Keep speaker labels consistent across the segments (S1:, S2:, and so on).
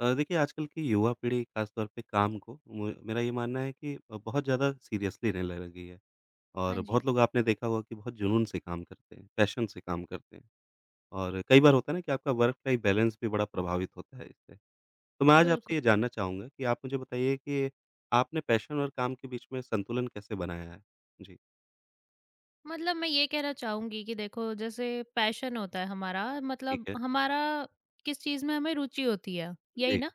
S1: देखिए आजकल की युवा पीढ़ी खास तौर पे काम को मु मेरा ये मानना है कि बहुत ज़्यादा सीरियसली लेने लगी है
S2: हाँ
S1: और
S2: जी,
S1: बहुत लोग आपने देखा होगा कि बहुत जुनून से काम करते हैं, पैशन से काम करते हैं और कई बार होता है ना कि आपका वर्क लाइफ बैलेंस भी बड़ा प्रभावित होता है इससे। तो मैं आज
S2: बिल्कुल।
S1: आपसे ये जानना चाहूँगा कि आप मुझे बताइए कि आपने पैशन और काम के बीच में संतुलन कैसे बनाया है? जी,
S2: मतलब मैं ये कहना चाहूँगी कि देखो जैसे पैशन होता है हमारा
S1: ठीक
S2: मतलब
S1: है।
S2: हमारा किस चीज़ में हमें रुचि होती है, यही
S1: जी,
S2: ना?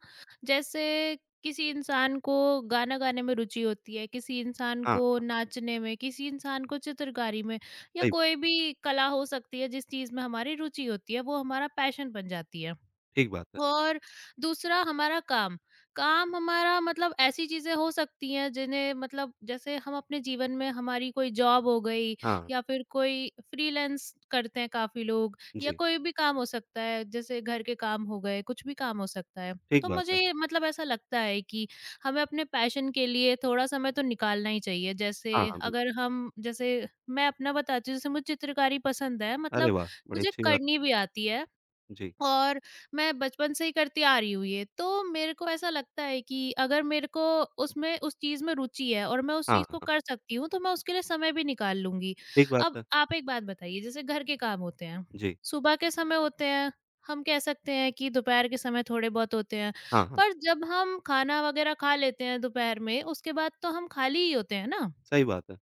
S2: जैसे किसी इंसान को गाना गाने में रुचि होती है, किसी इंसान
S1: हाँ,
S2: को नाचने में, किसी इंसान को चित्रकारी में या
S1: सही
S2: कोई
S1: बात
S2: भी कला हो सकती है जिस चीज़ में हमारी रुचि होती है, वो हमारा पैशन बन जाती है।
S1: ठीक बात है।
S2: और दूसरा हमारा काम काम हमारा मतलब ऐसी चीजें हो सकती हैं जिन्हें मतलब जैसे हम अपने जीवन में हमारी कोई जॉब हो गई
S1: हाँ,
S2: या फिर कोई फ्रीलांस करते हैं काफी लोग या
S1: जी,
S2: कोई भी काम हो सकता है जैसे घर के काम हो गए कुछ भी काम हो सकता है।
S1: ठीक
S2: तो
S1: बात
S2: मुझे
S1: है।
S2: ये मतलब ऐसा लगता है कि हमें अपने पैशन के लिए थोड़ा समय तो निकालना ही चाहिए। जैसे
S1: हाँ, हाँ,
S2: अगर
S1: बिल्कुल।
S2: हम जैसे मैं अपना बताती हूँ जैसे मुझे चित्रकारी पसंद है,
S1: अरे
S2: मतलब
S1: वाह! बड़ी
S2: मुझे
S1: अच्छी बात
S2: करनी
S1: है।
S2: भी आती है
S1: जी,
S2: और मैं बचपन से ही करती आ रही हूँ ये। तो मेरे को ऐसा लगता है कि अगर मेरे को उसमें उस चीज़ में रुचि है और मैं उस
S1: हाँ,
S2: चीज़ को
S1: हाँ,
S2: कर सकती हूँ, तो मैं उसके लिए समय भी निकाल लूँगी।
S1: ठीक
S2: अब
S1: बात है।
S2: आप एक बात बताइए, जैसे घर के काम होते हैं,
S1: जी।
S2: सुबह के समय होते हैं, हम कह सकते हैं कि दोपहर के समय थोड़े बहुत होते हैं,
S1: हाँ, हाँ,
S2: पर जब हम खाना वगैरह खा लेते हैं दोपहर में, उसके बाद तो हम खाली ही होते हैं ना।
S1: सही बात है।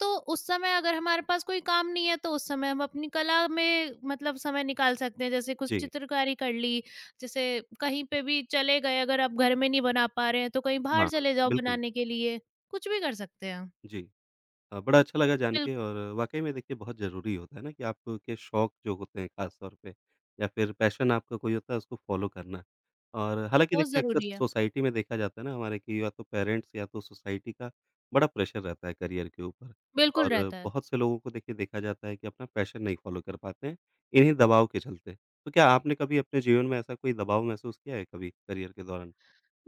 S2: तो उस समय अगर हमारे पास कोई काम नहीं है तो उस समय हम अपनी कला में मतलब समय निकाल सकते हैं। जैसे कुछ
S1: जी,
S2: चित्रकारी कर ली, जैसे कहीं पे भी चले गए अगर आप घर में नहीं बना पा रहे हैं तो कहीं
S1: हाँ,
S2: बाहर
S1: हाँ,
S2: चले जाओ
S1: बिल्कुल,
S2: बनाने के लिए। कुछ भी कर सकते हैं हम।
S1: जी। बड़ा अच्छा लगा जान के
S2: बिल्कुल।
S1: और वाक़ई में देखिए बहुत ज़रूरी होता है ना कि आपके शौक जो होते हैं ख़ास तौर पे या फिर पैशन आपका कोई होता है उसको फ़ॉलो करना। और हालाँकि
S2: बहुत
S1: देखिए अक्सर
S2: जरूरी है।
S1: सोसाइटी में देखा जाता है ना हमारे कि या तो पेरेंट्स या तो सोसाइटी का बड़ा प्रेशर रहता है करियर के ऊपर
S2: बिल्कुल
S1: और
S2: रहता है।
S1: बहुत से लोगों को देखिए देखा जाता है कि अपना पैशन नहीं फ़ॉलो कर पाते हैं, इन्हीं दबाव के चलते। तो क्या आपने कभी अपने जीवन में ऐसा कोई दबाव महसूस किया है कभी करियर के दौरान?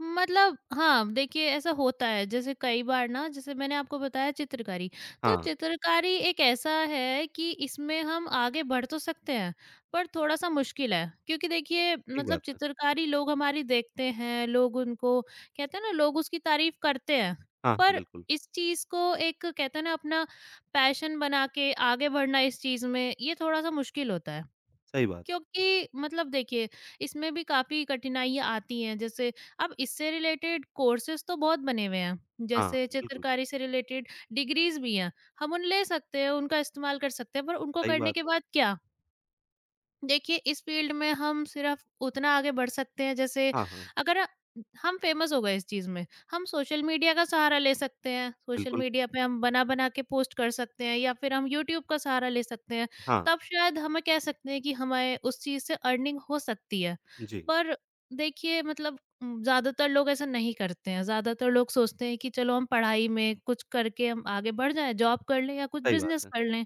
S2: मतलब हाँ, देखिए ऐसा होता है जैसे कई बार ना, जैसे मैंने आपको बताया चित्रकारी, तो
S1: हाँ,
S2: चित्रकारी एक ऐसा है कि इसमें हम आगे बढ़ तो सकते हैं, पर थोड़ा-सा मुश्किल है। क्योंकि देखिए
S1: ठीक
S2: मतलब
S1: बात है।
S2: चित्रकारी लोग हमारी देखते हैं, लोग उनको कहते हैं ना, लोग उसकी तारीफ़ करते हैं,
S1: हाँ,
S2: पर
S1: बिल्कुल,
S2: इस चीज़ को एक कहते हैं ना अपना पैशन बना के आगे बढ़ना इस चीज़ में, ये थोड़ा-सा मुश्किल होता है।
S1: सही बात।
S2: क्योंकि मतलब देखिए इसमें भी काफ़ी कठिनाइयाँ आती हैं, जैसे अब इससे रिलेटेड कोर्सेज़ तो बहुत बने हुए हैं,
S1: हाँ,
S2: जैसे
S1: बिल्कुल,
S2: चित्रकारी से रिलेटेड डिग्रीज़ भी हैं, हम उन ले सकते हैं, उनका इस्तेमाल कर सकते हैं, पर उनको
S1: सही
S2: करने
S1: बात
S2: के
S1: है।
S2: बाद क्या? देखिए इस फील्ड में हम सिर्फ उतना आगे बढ़ सकते हैं जैसे
S1: हाँ, हाँ,
S2: अगर हम फेमस हो गए इस चीज में, हम सोशल मीडिया का सहारा ले सकते हैं, सोशल
S1: बिल्कुल,
S2: मीडिया पे हम बना बना के पोस्ट कर सकते हैं या फिर हम यूट्यूब का सहारा ले सकते हैं,
S1: हाँ,
S2: तब शायद हमें कह सकते हैं कि हमें उस चीज से अर्निंग हो सकती है।
S1: जी,
S2: पर देखिए मतलब ज्यादातर लोग ऐसा नहीं करते हैं, ज्यादातर लोग सोचते हैं कि चलो हम पढ़ाई में कुछ करके हम आगे बढ़ जाएं, जॉब कर लें या कुछ
S1: सही बात
S2: बिजनेस
S1: है।
S2: कर लें।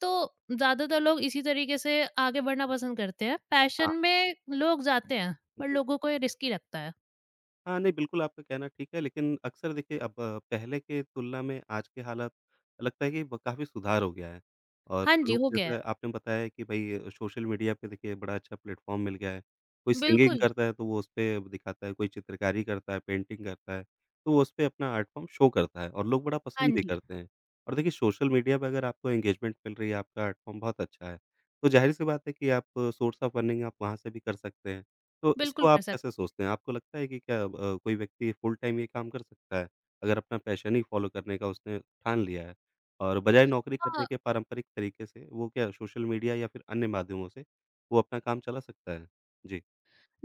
S2: तो ज़्यादातर लोग इसी तरीके से आगे बढ़ना पसंद करते हैं।
S1: हाँ।
S2: पैशन में लोग जाते हैं, पर लोगों को ये रिस्की लगता है।
S1: हाँ, नहीं बिल्कुल आपका कहना ठीक है, लेकिन अक्सर देखिए अब पहले के तुलना में आज के हालात लगता है कि ब काफ़ी सुधार हो गया है। और
S2: हाँ जी,
S1: लोग
S2: हो गया
S1: जैसे
S2: है।
S1: आपने बताया कि भई सोशल मीडिया पे देखिए बड़ा अच्छा प्लेटफ़ॉर्म मिल गया है। कोई सिंगिंग
S2: बिल्कुल,
S1: करता है तो वो उसपे दिखाता है, कोई चित्रकारी करता है, पेंटिंग करता है, तो वो उसपे अपना आर्ट फ़ॉर्म शो करता है और लोग बड़ा
S2: हाँ
S1: पसंद भी
S2: जी,
S1: करते हैं। और देखिए सोशल मीडिया पे अगर आपको एंगेजमेंट मिल रही है, आपका आर्ट फ़ॉर्म बहुत अच्छा है, तो ज़ाहिर-सी बात है कि आप सोर्स ऑफ अर्निंग आप वहाँ से भी कर सकते हैं। तो
S2: बिल्कुल
S1: इसको
S2: कर
S1: आप कैसे
S2: सकते।
S1: सोचते हैं? आपको लगता है कि क्या अब कोई व्यक्ति फुल टाइम ये काम कर सकता है? अगर अपना पैशन ही फ़ॉलो करने का उसने ठान लिया है और बजाय नौकरी
S2: हाँ,
S1: करने के पारंपरिक तरीके से वो क्या सोशल मीडिया या फिर अन्य माध्यमों से वो अपना काम चला सकता है? जी,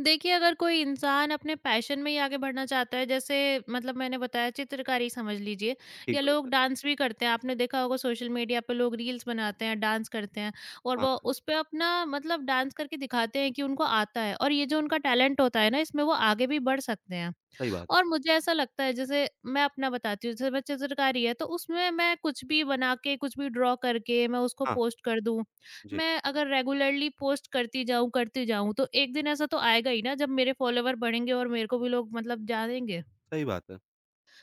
S2: देखिए अगर कोई इंसान अपने पैशन में ही आगे बढ़ना चाहता है जैसे मतलब मैंने बताया चित्रकारी समझ लीजिए,
S1: ठीक
S2: या लोग
S1: बात है।
S2: डांस भी करते हैं। आपने देखा होगा सोशल मीडिया पे लोग रील्स बनाते हैं, डांस करते हैं और
S1: हाँ,
S2: वो
S1: हाँ,
S2: उस पे अपना मतलब डांस करके दिखाते हैं कि उनको आता है और ये जो उनका टैलेंट होता है ना, इसमें वो आगे भी बढ़ सकते हैं।
S1: सही बात
S2: और
S1: है।
S2: मुझे ऐसा लगता है जैसे मैं अपना बताती हूँ, जैसे मैं चित्रकारी है तो उसमें मैं कुछ भी बना के कुछ भी ड्रॉ करके मैं उसको
S1: हाँ,
S2: पोस्ट कर दूँ।
S1: जी,
S2: मैं अगर रेगुलरली पोस्ट करती जाऊँ तो एक दिन ऐसा तो आएगा ही ना जब मेरे फॉलोवर बढ़ेंगे और मेरे को भी लोग मतलब जानेंगे।
S1: सही बात है।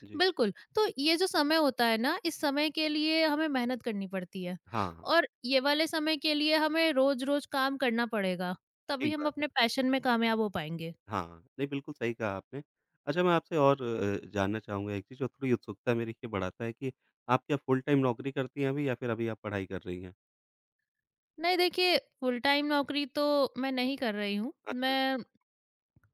S1: जी,
S2: बिल्कुल, तो ये जो समय होता है ना, इस समय के लिए हमें मेहनत करनी पड़ती है
S1: हाँ, हाँ,
S2: और ये वाले समय के लिए हमें रोज़-रोज़ काम करना पड़ेगा, तभी
S1: ठीक
S2: हम
S1: बात
S2: अपने
S1: है।
S2: पैशन में कामयाब हो पाएँगे।
S1: हाँ, नहीं बिल्कुल सही कहा आपने। अच्छा मैं आपसे और जानना चाहूँगा एक चीज़ जो थोड़ी उत्सुकता मेरी ये बढ़ाता है कि आप क्या फुल टाइम नौकरी करती हैं अभी या फिर अभी आप पढ़ाई कर रही हैं?
S2: नहीं देखिए, फुल टाइम नौकरी तो मैं नहीं कर रही हूँ।
S1: अच्छा।
S2: मैं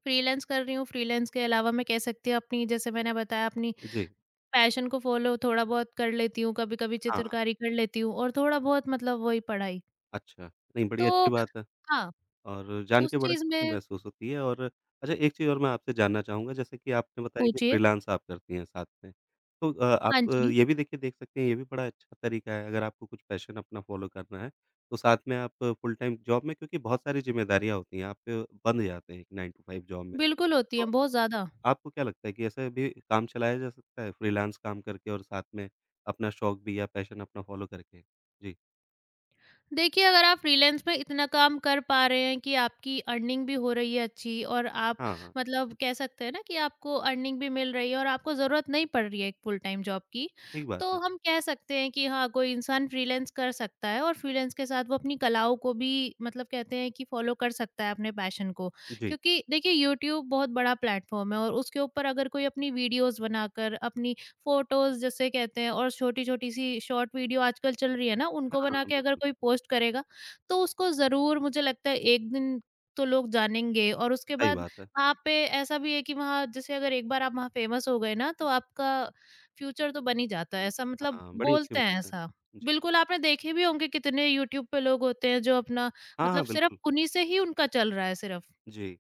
S2: फ्रीलांस कर रही हूँ, फ्रीलांस के अलावा मैं कह सकती हूँ अपनी, जैसे मैंने बताया अपनी
S1: जी,
S2: पैशन को फ़ॉलो थोड़ा बहुत कर लेती हूँ, कभी-कभी
S1: हाँ,
S2: चित्रकारी कर लेती हूँ और थोड़ा बहुत मतलब वही पढ़ाई।
S1: अच्छा। नहीं, बड़ी
S2: तो
S1: अच्छी बात है
S2: हाँ,
S1: और जान
S2: उस
S1: के बड़ा
S2: चीज़
S1: खुशी
S2: में
S1: महसूस होती है और अच्छा एक चीज़ और मैं आपसे जानना चाहूँगा जैसे कि आपने बताया कि
S2: पूछिए?
S1: फ्रीलांस आप करती हैं साथ में। तो आप
S2: हाँ जी,
S1: ये भी देखिए देख सकते हैं ये भी बड़ा अच्छा तरीका है अगर आपको कुछ पैशन अपना फ़ॉलो करना है, तो साथ में आप फुल टाइम जॉब में क्योंकि बहुत सारी ज़िम्मेदारियाँ होती हैं, आप बँध जाते हैं 9 टू 5 जॉब में।
S2: बिल्कुल होती है,
S1: तो
S2: बहुत ज़्यादा।
S1: आपको क्या लगता है कि ऐसे भी काम चलाया जा सकता है फ्रीलांस काम करके और साथ में अपना शौक भी या पैशन अपना फ़ॉलो करके? जी,
S2: देखिए, अगर आप फ्रीलांस में इतना काम कर पा रहे हैं कि आपकी अर्निंग भी हो रही है अच्छी और आप
S1: हाँ, हाँ,
S2: मतलब कह सकते हैं ना कि आपको अर्निंग भी मिल रही है और आपको ज़रूरत नहीं पड़ रही है एक फुल टाइम जॉब की,
S1: ठीक बात
S2: तो
S1: है।
S2: हम कह सकते हैं कि हाँ, कोई इंसान फ्रीलांस कर सकता है और फ्रीलांस के साथ वो अपनी कलाओं को भी मतलब कहते हैं कि फ़ॉलो कर सकता है अपने पैशन को।
S1: जी।
S2: क्योंकि देखिए यूट्यूब बहुत बड़ा प्लेटफ़ॉर्म है और उसके ऊपर अगर कोई अपनी वीडियोज़ बनाकर अपनी फ़ोटोज़ जिसे कहते हैं और छोटी-छोटी सी शॉर्ट वीडियो आजकल चल रही है ना,
S1: हाँ,
S2: उनको
S1: हाँ,
S2: बना के अगर
S1: बिल्कुल,
S2: कोई पोस्ट करेगा, तो उसको ज़रूर मुझे लगता है एक दिन तो लोग जानेंगे और उसके
S1: सही
S2: बाद
S1: बात है।
S2: वहाँ पे ऐसा भी है कि वहाँ जैसे अगर एक बार आप वहाँ फ़ेमस हो गए ना, तो आपका फ्यूचर तो बन ही जाता है, ऐसा मतलब
S1: हाँ, बड़ी अच्छी
S2: बोलते हैं
S1: बात है।
S2: ऐसा।
S1: जी।
S2: बिल्कुल, आपने देखे भी होंगे कितने यूट्यूब पे लोग होते हैं जो अपना
S1: हाँ,
S2: मतलब
S1: हाँ,
S2: सिर्फ़
S1: बिल्कुल।
S2: उन्हीं से ही उनका चल रहा है सिर्फ़।
S1: जी।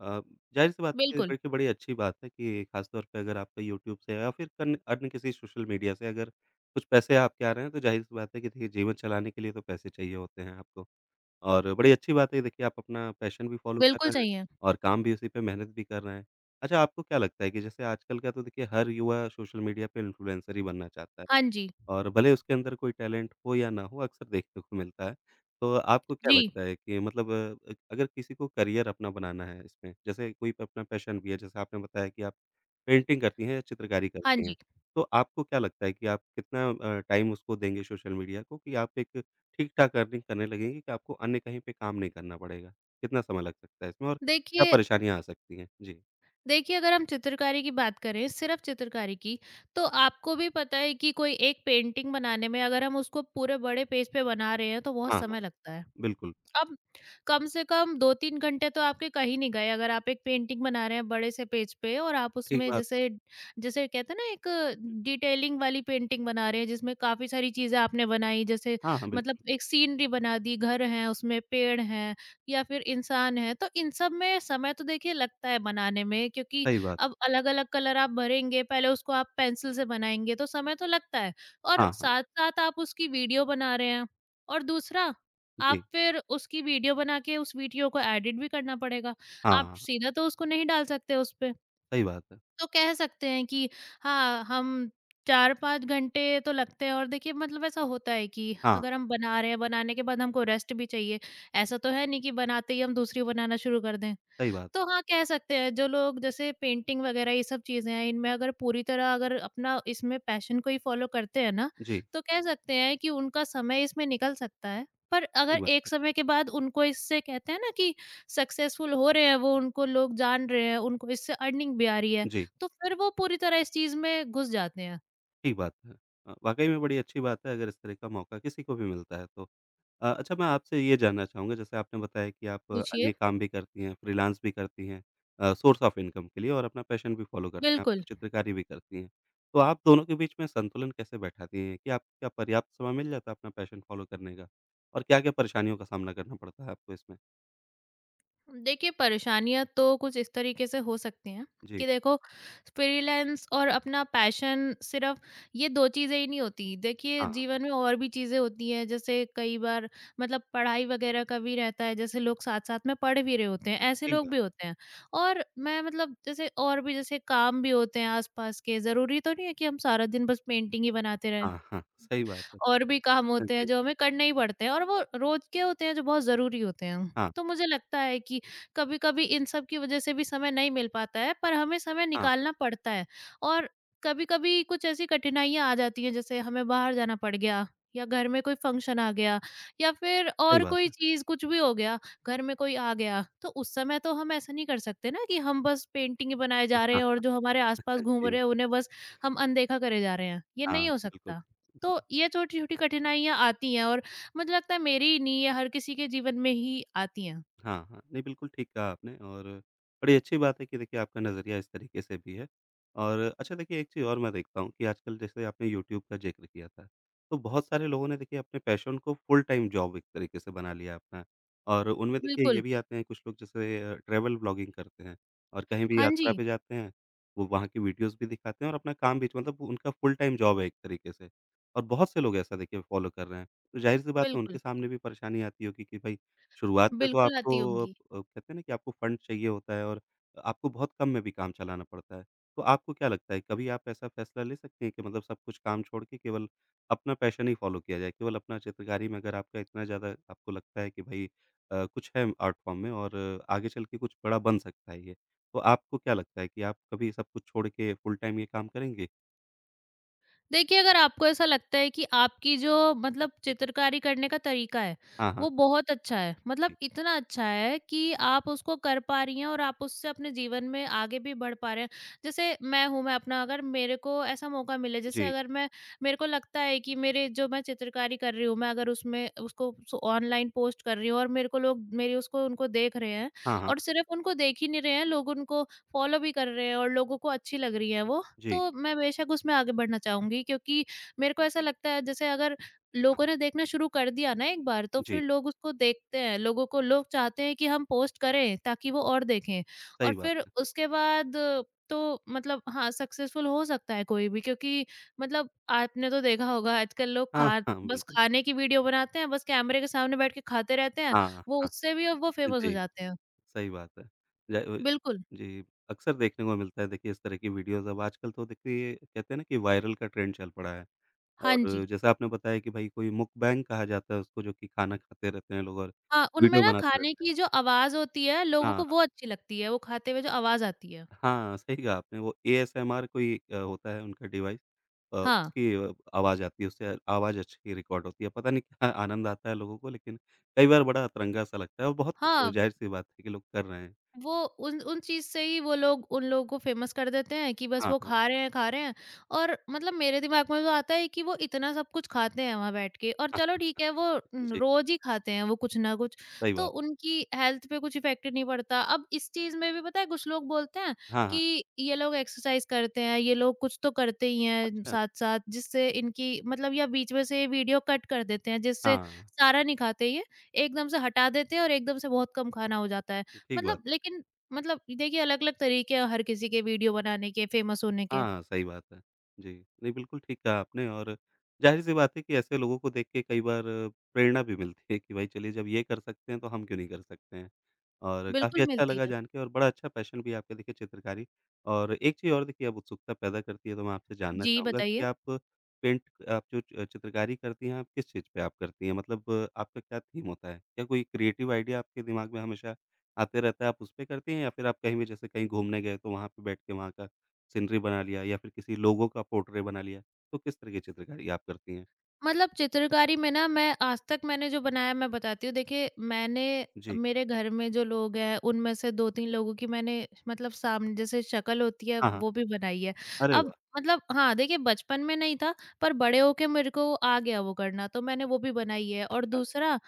S1: अ, ज़ाहिर-सी बात है कि
S2: बिल्कुल,
S1: देखिए बड़ी अच्छी बात है कि ख़ासतौर पे अगर आपका यूट्यूब से या फिर कन अन्य किसी सोशल मीडिया से अगर कुछ पैसे आपके आ रहे हैं, तो ज़ाहिर-सी बात है कि देखिए जीवन चलाने के लिए तो पैसे चाहिए होते हैं आपको। और बड़ी अच्छी बात है देखिए आप अपना पैशन भी फ़ॉलो कर
S2: बिल्कुल
S1: रहे हैं
S2: सही है।
S1: और काम भी उसी पे मेहनत भी कर रहे हैं। अच्छा, आपको क्या लगता है कि जैसे आजकल का तो देखिए हर युवा सोशल मीडिया पे इन्फ्लुएंसर ही बनना चाहता है।
S2: हाँ जी,
S1: और भले उसके अंदर कोई टैलेंट हो या ना हो, अक्सर देखने को मिलता है। तो आपको क्या
S2: जी,
S1: लगता है कि मतलब अगर किसी को करियर अपना बनाना है इसमें, जैसे कोई अपना पैशन भी है, जैसे आपने बताया कि आप पेंटिंग करती हैं या चित्रकारी
S2: हाँ
S1: करती
S2: जी।
S1: हैं, तो आपको क्या लगता है कि आप कितना टाइम उसको देंगे सोशल मीडिया को कि आप एक ठीक-ठाक अर्निंग करने लगेंगी कि आपको अन्य कहीं पे काम नहीं करना पड़ेगा? कितना समय लग सकता है इसमें और क्या
S2: देखिए
S1: परेशानियाँ आ सकती हैं? जी।
S2: देखिए, अगर हम चित्रकारी की बात करें, सिर्फ़ चित्रकारी की, तो आपको भी पता है कि कोई एक पेंटिंग बनाने में अगर हम उसको पूरे बड़े पेज पे बना रहे हैं, तो बहुत
S1: हाँ, हाँ।
S2: समय लगता है।
S1: बिल्कुल,
S2: अब कम से कम 2-3 घंटे तो आपके कहीं नहीं गए अगर आप एक पेंटिंग बना रहे हैं बड़े से पेज पे और आप
S1: ठीक
S2: उसमें
S1: बात है।
S2: जैसे जैसे कहते हैं ना एक डिटेलिंग वाली पेंटिंग बना रहे हैं जिसमें काफ़ी सारी चीज़ें आपने बनाई, जैसे
S1: हाँ, हाँ,
S2: मतलब
S1: बिल्कुल,
S2: एक सीनरी बना दी, घर है उसमें, पेड़ हैं या फिर इंसान है, तो इन सब में समय तो देखिए लगता है बनाने में। क्योंकि
S1: सही बात
S2: अब
S1: है।
S2: अलग-अलग कलर आप भरेंगे, पहले उसको आप पेंसिल से बनाएँगे, तो समय तो लगता है। और
S1: हाँ, हाँ।
S2: साथ-साथ आप उसकी वीडियो बना रहे हैं। और दूसरा आप
S1: जी।
S2: फिर उसकी वीडियो बना के उस वीडियो को एडिट भी करना पड़ेगा।
S1: हाँ,
S2: आप
S1: हाँ।
S2: सीधा तो उसको नहीं डाल सकते उस पे।
S1: सही बात है।
S2: तो कह सकते हैं कि हाँ, हम 4-5 घंटे तो लगते हैं। और देखिए मतलब ऐसा होता है कि
S1: हाँ,
S2: अगर हम बना रहे हैं, बनाने के बाद हमको रेस्ट भी चाहिए। ऐसा तो है नहीं कि बनाते ही हम दूसरी बनाना शुरू कर दें।
S1: सही बात
S2: तो
S1: है।
S2: हाँ, कह सकते हैं जो लोग जैसे पेंटिंग वगैरह ये सब चीज़ें हैं, इनमें अगर पूरी तरह अगर अपना इसमें पैशन को ही फ़ॉलो करते हैं ना,
S1: जी,
S2: तो कह सकते हैं कि उनका समय इसमें निकल सकता है। पर
S1: ठीक
S2: अगर
S1: बात
S2: एक
S1: है।
S2: समय के बाद उनको इससे कहते हैं ना कि सक्सेसफुल हो रहे हैं वो, उनको लोग जान रहे हैं, उनको इससे अर्निंग भी आ रही है,
S1: जी,
S2: तो फिर वो पूरी तरह इस चीज़ में घुस जाते हैं।
S1: ठीक बात है। वाक़ई में बड़ी अच्छी बात है अगर इस तरह का मौका किसी को भी मिलता है तो। अच्छा मैं आपसे ये जानना चाहूँगा जैसे आपने बताया कि आप
S2: पूछिए।
S1: अन्य काम भी करती हैं, फ्रीलांस भी करती हैं सोर्स ऑफ इनकम के लिए और अपना पैशन भी फॉलो करती हैं,
S2: बिल्कुल।
S1: आप चित्रकारी भी करती हैं। तो आप दोनों के बीच में संतुलन कैसे बैठाती हैं कि आपको क्या पर्याप्त समय मिल जाता है अपना पैशन फॉलो करने का? और क्या-क्या परेशानियों का सामना करना पड़ता है आपको इसमें?
S2: देखिए, परेशानियाँ तो कुछ इस तरीके से हो सकती हैं कि
S1: जी,
S2: देखो फ्रीलांस और अपना पैशन सिर्फ़ ये 2 चीज़ें ही नहीं होती। देखिए,
S1: हाँ,
S2: जीवन में और भी चीज़ें होती हैं, जैसे कई बार मतलब पढ़ाई वग़ैरह का भी रहता है, जैसे लोग साथ-साथ में पढ़ भी रहे होते हैं, ऐसे
S1: ठीक
S2: लोग
S1: बात
S2: भी होते हैं। और मैं मतलब जैसे और भी जैसे काम भी होते हैं आस-पास के, ज़रूरी तो नहीं है कि हम सारा दिन बस पेंटिंग ही बनाते रहें।
S1: हाँ, हाँ, सही बात है।
S2: और भी काम
S1: हाँ
S2: होते हैं
S1: जी,
S2: जो हमें करने ही पड़ते हैं और वो रोज के होते हैं, जो बहुत ज़रूरी होते हैं।
S1: हाँ,
S2: तो मुझे लगता है कि कभी-कभी इन सब की वज़ह से भी समय नहीं मिल पाता है, पर हमें समय
S1: हाँ।
S2: निकालना पड़ता है। और कभी-कभी कुछ ऐसी कठिनाइयाँ आ जाती हैं जैसे हमें बाहर जाना पड़ गया या घर में कोई फंक्शन आ गया या फिर
S1: सही
S2: और
S1: बात
S2: कोई
S1: है।
S2: चीज़ कुछ भी हो गया, घर में कोई आ गया, तो उस समय तो हम ऐसा नहीं कर सकते ना कि हम बस पेंटिंग बनाए जा रहे हैं और
S1: हाँ,
S2: जो हमारे आस-पास घूम रहे
S1: जी,
S2: हैं उन्हें बस हम अनदेखा करे जा रहे हैं। ये
S1: हाँ,
S2: नहीं हो
S1: बिल्कुल।
S2: सकता। तो
S1: जी।
S2: ये छोटी-छोटी कठिनाइयाँ आती हैं और मुझे लगता है मेरी ही नहीं, ये हर किसी के जीवन में ही आती हैं।
S1: हाँ, हाँ। नहीं, बिल्कुल ठीक कहा आपने और बड़ी अच्छी बात है कि देखिए आपका नज़रिया इस तरीके से भी है। और अच्छा देखिए एक चीज़ और मैं देखता हूँ कि आजकल जैसे आपने यूट्यूब का ज़िक्र किया था, तो बहुत सारे लोगों ने देखिए अपने पैशन को फुल टाइम जॉब एक तरीके से बना लिया अपना। और उनमें देखिए
S2: बिल्कुल।
S1: ये भी आते हैं कुछ लोग जैसे ट्रैवल व्लॉगिंग करते हैं और कहीं भी
S2: हाँ
S1: यात्रा
S2: जी,
S1: पे जाते हैं, वो वहाँ की वीडियोज़ भी दिखाते हैं और अपना काम भी मतलब उनका फुल टाइम जॉब है एक तरीके से। और बहुत से लोग ऐसा देखिए फ़ॉलो कर रहे हैं। तो ज़ाहिर-सी बात है
S2: बिल्कुल।
S1: उनके सामने भी परेशानी आती होगी कि भाई शुरुआत में तो
S2: बिल्कुल आती
S1: आपको
S2: होंगी।
S1: कहते हैं ना कि आपको फंड चाहिए होता है और आपको बहुत कम में भी काम चलाना पड़ता है। तो आपको क्या लगता है कभी आप ऐसा फैसला ले सकते हैं कि मतलब सब कुछ काम छोड़ के केवल अपना पैशन ही फ़ॉलो किया जाए? केवल अपना चित्रकारी में अगर आपका इतना ज़्यादा आपको लगता है कि भई कुछ है आर्ट फ़ॉर्म में और आगे चल के कुछ बड़ा बन सकता है ये। तो आपको क्या लगता है कि आप कभी सब कुछ छोड़ के फुल टाइम ये काम करेंगे?
S2: देखिए, अगर आपको ऐसा लगता है कि आपकी जो मतलब चित्रकारी करने का तरीका है,
S1: हाँ,
S2: वो
S1: हाँ।
S2: बहुत अच्छा है, मतलब
S1: जी,
S2: इतना अच्छा है कि आप उसको कर पा रही हैं और आप उससे अपने जीवन में आगे भी बढ़ पा रहे हैं। जैसे मैं हूँ, मैं अपना अगर मेरे को ऐसा मौका मिले, जैसे
S1: जी।
S2: अगर मैं मेरे को लगता है कि मेरे जो मैं चित्रकारी कर रही हूँ, मैं अगर उसमें उसको सो ऑनलाइन पोस्ट कर रही हूँ और मेरे को लोग मेरी उसको उनको देख रहे हैं
S1: हाँ, हाँ।
S2: और सिर्फ़ उनको देख ही नहीं रहे हैं, लोग उनको फ़ॉलो भी कर रहे हैं और लोगों को अच्छी लग रही है वो।
S1: जी,
S2: तो मैं बेशक उसमें आगे बढ़ना चाहूँगी, क्योंकि मेरे को ऐसा लगता है जैसे अगर
S1: हाँ,
S2: लोगों ने देखना शुरू कर दिया ना एक बार, तो फिर
S1: जी।
S2: लोग उसको देखते हैं, लोगों को लोग चाहते हैं कि हम पोस्ट करें ताकि वो और देखें। और
S1: सही बात
S2: फिर
S1: है।
S2: उसके बाद अ, तो मतलब हाँ, सक्सेसफुल हो सकता है कोई भी, क्योंकि मतलब आपने तो देखा होगा, आजकल लोग
S1: हाँ,
S2: खा
S1: हाँ,
S2: बस
S1: बिल्कुल।
S2: खाने की वीडियो बनाते हैं, बस कैमरे के सामने बैठ के खाते रहते हैं,
S1: हाँ,
S2: वो
S1: हाँ।
S2: उससे भी अब वो फ़ेमस हो
S1: जी।
S2: जाते हैं।
S1: सही बात है। ज
S2: बिल्कुल।
S1: जी, अक्सर देखने को मिलता है देखिए इस तरह की वीडियोज़ अब आजकल तो देखिए कहते हैं ना कि वायरल का ट्रेंड चल पड़ा है
S2: हाँ जी।
S1: और जैसा आपने बताया कि भाई कोई मुकबैंग कहा जाता है उसको जो कि खाना खाते रहते हैं लोग और
S2: हाँ, उनमें
S1: वीडियो
S2: ना
S1: बनाते
S2: खाने
S1: रहते हैं।
S2: की जो आवाज़ होती है, लोगों
S1: हाँ,
S2: को वो अच्छी लगती है, वो खाते हुए जो आवाज़ आती है।
S1: हाँ, सही कहा आपने वो एएसएमआर कोई होता है उनका डिवाइस
S2: हाँ।
S1: उसकी आवाज़ आती है, उससे आवाज़ अच्छी रिकॉर्ड होती है। पता नहीं क्या आनंद आता है लोगों को लेकिन कई बार बड़ा अतरंगा सा लगता है और बहुत
S2: हाँ,
S1: ज़ाहिर-सी बात है कि लोग कर रहे हैं।
S2: वो उन उन चीज़ से ही वो लोग उन लोगों को फ़ेमस कर देते हैं कि बस
S1: हाँ,
S2: वो
S1: हाँ,
S2: खा रहे हैं, खा रहे हैं। और मतलब मेरे दिमाग में तो आता है कि वो इतना सब कुछ खाते हैं वहाँ बैठ के, और चलो
S1: हाँ।
S2: ठीक है, वो
S1: जी,
S2: रोज़ ही खाते हैं वो कुछ ना कुछ,
S1: सही
S2: तो
S1: बात।
S2: उनकी हेल्थ पे कुछ इफ़ेक्ट नहीं पड़ता। अब इस चीज़ में भी पता है, कुछ लोग बोलते हैं
S1: हाँ, हाँ।
S2: कि ये लोग एक्सरसाइज़ करते हैं, ये लोग कुछ तो करते ही हैं
S1: अच्छा,
S2: साथ-साथ, जिससे इनकी मतलब, या बीच में से वीडियो कट कर देते हैं, जिससे
S1: हाँ,
S2: सारा नहीं खाते ये, एकदम से हटा देते हैं और एकदम से बहुत कम खाना हो जाता है।
S1: ठीक बात।
S2: मतलब लेकिन मतलब देखिए, अलग-अलग तरीके हैं हर किसी के वीडियो बनाने के, फेमस होने के।
S1: हाँ, सही बात है। जी, नहीं बिल्कुल ठीक कहा आपने और ज़ाहिर-सी बात है कि ऐसे लोगों को देख के कई बार प्रेरणा भी मिलती है कि भाई चलिए जब ये कर सकते हैं तो हम क्यों नहीं कर सकते हैं। और
S2: बिल्कुल
S1: काफ़ी अच्छा
S2: मिलती
S1: लगा
S2: है।
S1: जान के और बड़ा अच्छा पैशन भी है आपका देखिए चित्रकारी और एक चीज़ और देखिए अब उत्सुकता पैदा करती है तो मैं आपसे जानना
S2: जी,
S1: चाहूँगा कि
S2: बताइए?
S1: आप पेंट आप जो च चित्रकारी करती हैं, आप किस चीज़ पे आप करती हैं? मतलब आपका क्या थीम होता है? क्या कोई क्रिएटिव आइडिया आपके दिमाग में हमेशा आते रहता है, आप उस पे करती हैं या फिर आप कहीं भी जैसे कहीं घूमने गए तो वहाँ पे बैठ के वहाँ का सीनरी बना लिया या फिर किसी लोगो का पोर्ट्रेट बना लिया, तो किस तरह की चित्रकारी आप करती हैं?
S2: मतलब चित्रकारी में ना, मैं आज तक मैंने जो बनाया, मैं बताती हूँ। देखिए, मैंने
S1: जी।
S2: मेरे घर में जो लोग हैं, उनमें से 2-3 लोगों की मैंने मतलब सामने जैसे शक्ल होती है,
S1: हाँ, हाँ।
S2: वो भी बनाई है।
S1: अरे
S2: अब
S1: वाह!
S2: मतलब हाँ, देखिए बचपन में नहीं था, पर बड़े होके मेरे को आ गया वो करना, तो मैंने वो भी बनाई है। और
S1: अच्छा।
S2: दूसरा,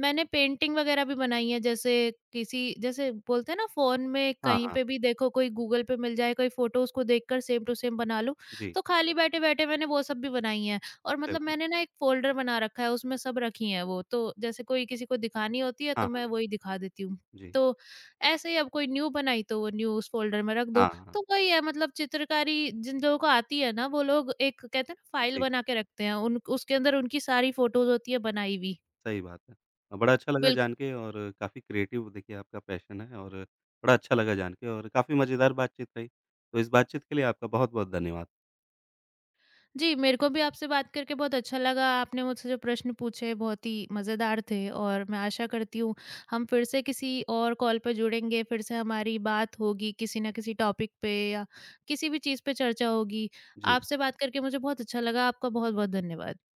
S2: मैंने पेंटिंग वग़ैरह भी बनाई है, जैसे किसी जैसे बोलते हैं ना, फ़ोन में
S1: हाँ,
S2: कहीं
S1: हाँ।
S2: पे भी देखो, कोई गूगल पे मिल जाए कोई फ़ोटो, उसको देखकर सेम टू सेम बना लो।
S1: जी।
S2: तो खाली बैठे-बैठे मैंने वो सब भी बनाई है। और
S1: अरे
S2: मतलब
S1: वाह!
S2: मैंने ना एक फ़ोल्डर बना रखा है, उसमें सब रखी हैं वो, तो जैसे कोई किसी को दिखानी होती है, तो
S1: हाँ,
S2: मैं
S1: हाँ।
S2: वही दिखा देती हूँ।
S1: जी।
S2: तो ऐसे ही, अब कोई न्यू बनाई, तो वो न्यू उस फ़ोल्डर में रख दो।
S1: हाँ, हाँ। हाँ।
S2: तो वही है मतलब, चित्रकारी जिन लोगों को आती है ना, वो लोग एक कहते हैं ना, फ़ाइल
S1: जी,
S2: बना के रखते हैं, उन उसके अंदर उनकी सारी फ़ोटोज़ होती है बनाई हुई।
S1: सही बात है। बड़ा अच्छा लगा
S2: बिल्कुल।
S1: जान के और काफ़ी क्रिएटिव देखिए आपका पैशन है और बड़ा अच्छा लगा जान के और काफ़ी मज़ेदार बातचीत रही। तो इस बातचीत के लिए आपका बहुत-बहुत धन्यवाद।
S2: जी, मेरे को भी आपसे बात करके बहुत अच्छा लगा। आपने मुझसे जो प्रश्न पूछे, बहुत ही मज़ेदार थे, और मैं आशा करती हूँ हम फिर से किसी और कॉल पे जुड़ेंगे, फिर से हमारी बात होगी किसी न किसी टॉपिक पे या किसी भी चीज़ पे चर्चा होगी।
S1: जी।
S2: आपसे बात करके मुझे बहुत अच्छा लगा। आपका बहुत-बहुत धन्यवाद।